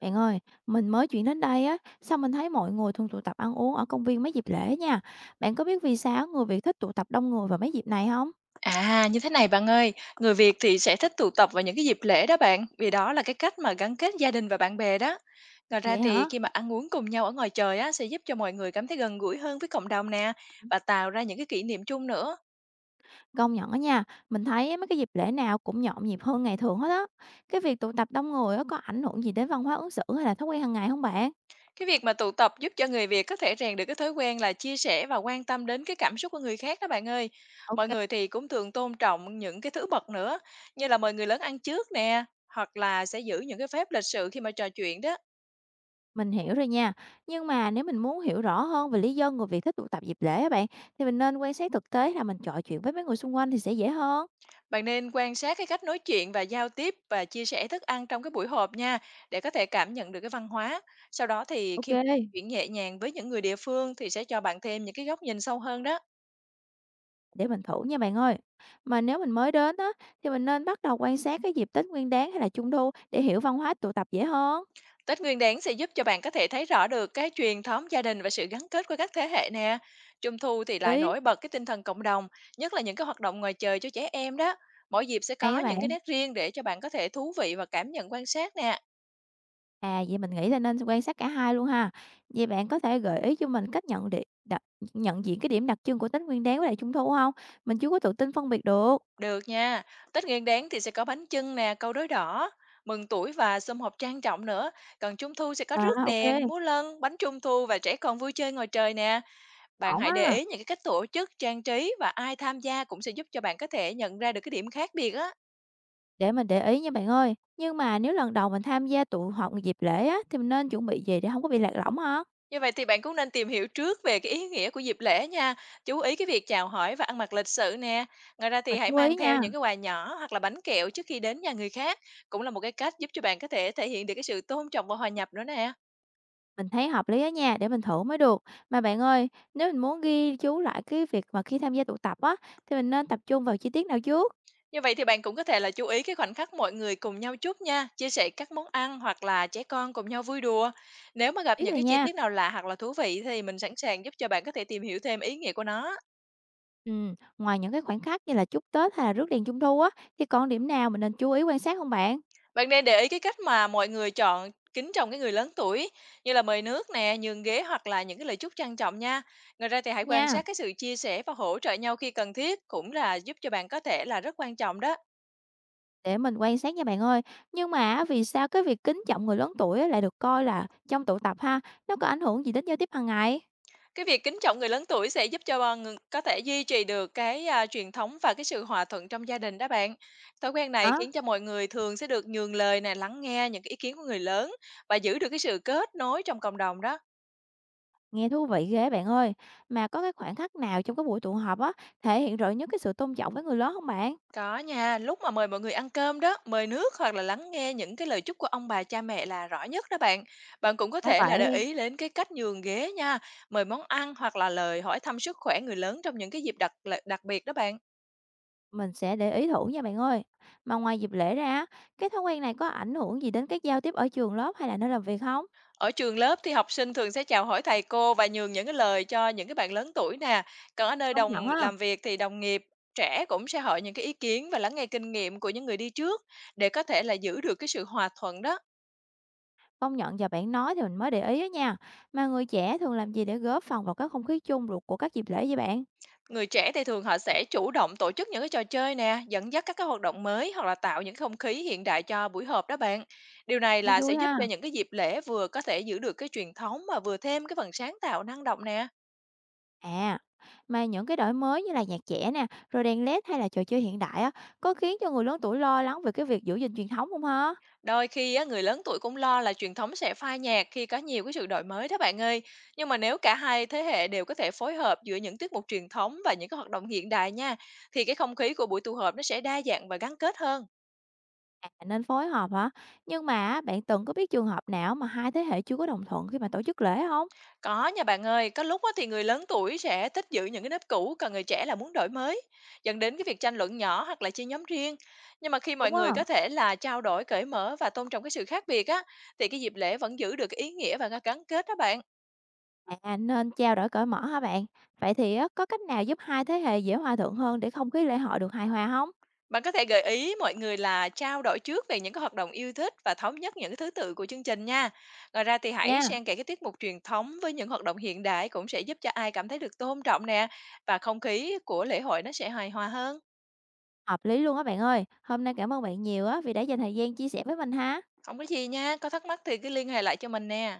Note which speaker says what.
Speaker 1: Bạn ơi, mình mới chuyển đến đây á, sao mình thấy mọi người thường tụ tập ăn uống ở công viên mấy dịp lễ nha. Bạn có biết vì sao người Việt thích tụ tập đông người vào mấy dịp này không?
Speaker 2: À, như thế này bạn ơi, người Việt thì sẽ thích tụ tập vào những cái dịp lễ đó bạn, vì đó là cái cách mà gắn kết gia đình và bạn bè đó. Ngoài ra
Speaker 1: Vậy
Speaker 2: thì
Speaker 1: hả?
Speaker 2: khi mà ăn uống cùng nhau ở ngoài trời á, sẽ giúp cho mọi người cảm thấy gần gũi hơn với cộng đồng nè và tạo ra những cái kỷ niệm chung nữa.
Speaker 1: Công nhận á nha, mình thấy á, mấy cái dịp lễ nào cũng nhộn nhịp hơn ngày thường hết á. Cái việc tụ tập đông người á, có ảnh hưởng gì đến văn hóa ứng xử hay là thói quen hàng ngày không bạn?
Speaker 2: Cái việc mà tụ tập giúp cho người Việt có thể rèn được cái thói quen là chia sẻ và quan tâm đến cái cảm xúc của người khác đó bạn ơi. Mọi
Speaker 1: Ok,
Speaker 2: người thì cũng thường tôn trọng những cái thứ bậc nữa, như là mời người lớn ăn trước nè, hoặc là sẽ giữ những cái phép lịch sự khi mà trò chuyện đó.
Speaker 1: mình hiểu rồi nha. Nhưng mà nếu mình muốn hiểu rõ hơn về lý do người Việt thích tụ tập dịp lễ á bạn, thì mình nên quan sát thực tế là mình trò chuyện với mấy người xung quanh thì sẽ dễ hơn.
Speaker 2: Bạn nên quan sát cái cách nói chuyện và giao tiếp và chia sẻ thức ăn trong cái buổi họp nha, để có thể cảm nhận được cái văn hóa. Sau đó thì
Speaker 1: Ok.
Speaker 2: khi mà chuyện nhẹ nhàng với những người địa phương thì sẽ cho bạn thêm những cái góc nhìn sâu hơn đó.
Speaker 1: Để mình thử nha bạn ơi. Mà nếu mình mới đến á, thì mình nên bắt đầu quan sát cái dịp Tết Nguyên đán hay là Trung thu để hiểu văn hóa tụ tập dễ hơn.
Speaker 2: Tết Nguyên Đán sẽ giúp cho bạn có thể thấy rõ được cái truyền thống gia đình và sự gắn kết của các thế hệ nè. Trung thu thì lại
Speaker 1: Lý,
Speaker 2: nổi bật cái tinh thần cộng đồng, nhất là những cái hoạt động ngoài trời cho trẻ em đó. Mỗi dịp sẽ
Speaker 1: hay
Speaker 2: có
Speaker 1: á
Speaker 2: những cái
Speaker 1: bạn.
Speaker 2: nét riêng để cho bạn có thể thú vị và cảm nhận quan sát nè.
Speaker 1: À vậy mình nghĩ là nên quan sát cả hai luôn ha. Vậy bạn có thể gợi ý cho mình cách nhận địa, đặc, nhận diện cái điểm đặc trưng của Tết Nguyên đán với lại Trung thu không? Mình chưa có tự tin phân biệt được.
Speaker 2: Được nha, Tết Nguyên Đán thì sẽ có bánh chưng nè, câu đối đỏ, mừng tuổi và sum họp trang trọng nữa. Còn Trung thu sẽ có
Speaker 1: À
Speaker 2: rước
Speaker 1: ok,
Speaker 2: đèn, múa lân, bánh trung thu và trẻ con vui chơi ngoài trời nè. Bạn
Speaker 1: ổn
Speaker 2: hãy để
Speaker 1: á.
Speaker 2: ý những cái cách tổ chức, trang trí và ai tham gia cũng sẽ giúp cho bạn có thể nhận ra được cái điểm khác biệt á.
Speaker 1: Để mình để ý nha bạn ơi. Nhưng mà nếu lần đầu mình tham gia tụ họp dịp lễ á, thì mình nên chuẩn bị gì để không có bị lạc lõng hả?
Speaker 2: Như vậy thì bạn cũng nên tìm hiểu trước về cái ý nghĩa của dịp lễ nha, chú ý cái việc chào hỏi và ăn mặc lịch sự nè. Ngoài ra thì
Speaker 1: Mình
Speaker 2: hãy
Speaker 1: chú
Speaker 2: mang
Speaker 1: ý
Speaker 2: theo
Speaker 1: nha.
Speaker 2: những cái quà nhỏ hoặc là bánh kẹo trước khi đến nhà người khác, cũng là một cái cách giúp cho bạn có thể thể hiện được cái sự tôn trọng và hòa nhập nữa nè.
Speaker 1: Mình thấy hợp lý á nha, để mình thử mới được. Mà bạn ơi, nếu mình muốn ghi chú lại cái việc mà khi tham gia tụ tập á, thì mình nên tập trung vào chi tiết nào trước?
Speaker 2: Như vậy thì bạn cũng có thể là chú ý cái khoảnh khắc mọi người cùng nhau chút nha, chia sẻ các món ăn hoặc là trẻ con cùng nhau vui đùa. Nếu mà gặp
Speaker 1: Biết
Speaker 2: những
Speaker 1: rồi
Speaker 2: cái chi
Speaker 1: nha.
Speaker 2: tiết nào lạ hoặc là thú vị thì mình sẵn sàng giúp cho bạn có thể tìm hiểu thêm ý nghĩa của nó.
Speaker 1: Ừ, ngoài những cái khoảnh khắc như là chúc Tết hay là rước đèn Trung thu á, thì còn điểm nào mình nên chú ý quan sát không bạn?
Speaker 2: Bạn nên để ý cái cách mà mọi người chọn kính trọng cái người lớn tuổi như là mời nước nè, nhường ghế hoặc là những cái lời chúc trang trọng nha. Ngoài ra thì hãy quan
Speaker 1: Nha,
Speaker 2: sát cái sự chia sẻ và hỗ trợ nhau khi cần thiết cũng là giúp cho bạn có thể là rất quan trọng đó.
Speaker 1: để mình quan sát nha bạn ơi. Nhưng mà á, vì sao cái việc kính trọng người lớn tuổi á lại được coi là trong tụ tập ha, nó có ảnh hưởng gì đến giao tiếp hàng ngày?
Speaker 2: Cái việc kính trọng người lớn tuổi sẽ giúp cho, ng có thể duy trì được cái, truyền thống và cái sự hòa thuận trong gia đình đó bạn. Thói quen này
Speaker 1: Hả?
Speaker 2: khiến cho mọi người thường sẽ được nhường lời này lắng nghe những cái ý kiến của người lớn và giữ được cái sự kết nối trong cộng đồng đó.
Speaker 1: Nghe thú vị ghê bạn ơi. Mà có cái khoảnh khắc nào trong cái buổi tụ họp á, thể hiện rõ nhất cái sự tôn trọng với người lớn không bạn?
Speaker 2: Có nha, lúc mà mời mọi người ăn cơm đó, mời nước hoặc là lắng nghe những cái lời chúc của ông bà cha mẹ là rõ nhất đó bạn. Bạn cũng có
Speaker 1: Phải
Speaker 2: thể là để
Speaker 1: vậy,
Speaker 2: ý đến cái cách nhường ghế nha, mời món ăn hoặc là lời hỏi thăm sức khỏe người lớn trong những cái dịp đặc đặc biệt đó bạn.
Speaker 1: mình sẽ để ý thử nha bạn ơi. Mà ngoài dịp lễ ra á, cái thói quen này có ảnh hưởng gì đến các giao tiếp ở trường lớp hay là nơi làm việc không?
Speaker 2: Ở trường lớp thì học sinh thường sẽ chào hỏi thầy cô và nhường những cái lời cho những cái bạn lớn tuổi nè. Còn ở nơi
Speaker 1: Công nhận
Speaker 2: đồng
Speaker 1: á,
Speaker 2: làm việc thì đồng nghiệp trẻ cũng sẽ hỏi những cái ý kiến và lắng nghe kinh nghiệm của những người đi trước để có thể là giữ được cái sự hòa thuận đó.
Speaker 1: công nhận giờ bạn nói thì mình mới để ý á nha. Mà người trẻ thường làm gì để góp phần vào cái không khí chung của các dịp lễ vậy bạn?
Speaker 2: Người trẻ thì thường họ sẽ chủ động tổ chức những cái trò chơi nè, dẫn dắt các cái hoạt động mới hoặc là tạo những không khí hiện đại cho buổi họp đó bạn. Điều này là
Speaker 1: Nghe
Speaker 2: sẽ
Speaker 1: vui
Speaker 2: giúp
Speaker 1: ha.
Speaker 2: cho những cái dịp lễ vừa có thể giữ được cái truyền thống mà vừa thêm cái phần sáng tạo năng động nè.
Speaker 1: À, mà những cái đổi mới như là nhạc trẻ nè, rồi đèn LED hay là trò chơi hiện đại á, có khiến cho người lớn tuổi lo lắng về cái việc giữ gìn truyền thống không hả?
Speaker 2: Đôi khi á, người lớn tuổi cũng lo là truyền thống sẽ phai nhạt khi có nhiều cái sự đổi mới đó bạn ơi. Nhưng mà nếu cả hai thế hệ đều có thể phối hợp giữa những tiết mục truyền thống và những cái hoạt động hiện đại nha, thì cái không khí của buổi tụ họp nó sẽ đa dạng và gắn kết hơn.
Speaker 1: À, nên phối hợp hả? Nhưng mà á, bạn từng có biết trường hợp nào mà hai thế hệ chưa có đồng thuận khi mà tổ chức lễ không?
Speaker 2: Có nha bạn ơi, có lúc á, thì người lớn tuổi sẽ thích giữ những cái nếp cũ, còn người trẻ là muốn đổi mới, dẫn đến cái việc tranh luận nhỏ hoặc là chia nhóm riêng. Nhưng mà khi mọi
Speaker 1: Đúng
Speaker 2: người
Speaker 1: không
Speaker 2: có thể là trao đổi cởi mở và tôn trọng cái sự khác biệt á, thì cái dịp lễ vẫn giữ được cái ý nghĩa và gắn kết đó bạn.
Speaker 1: à, nên trao đổi cởi mở hả bạn? Vậy thì á, có cách nào giúp hai thế hệ dễ hòa thuận hơn để không khí lễ hội được hài hòa không?
Speaker 2: Bạn có thể gợi ý mọi người là trao đổi trước về những cái hoạt động yêu thích và thống nhất những cái thứ tự của chương trình nha. Ngoài ra thì hãy
Speaker 1: Nha,
Speaker 2: xen kẽ cái tiết mục truyền thống với những hoạt động hiện đại cũng sẽ giúp cho ai cảm thấy được tôn trọng nè và không khí của lễ hội nó sẽ hài hòa hơn.
Speaker 1: hợp lý luôn á bạn ơi. Hôm nay cảm ơn bạn nhiều á vì đã dành thời gian chia sẻ với mình ha.
Speaker 2: Không có gì nha, có thắc mắc thì cứ liên hệ lại cho mình nè.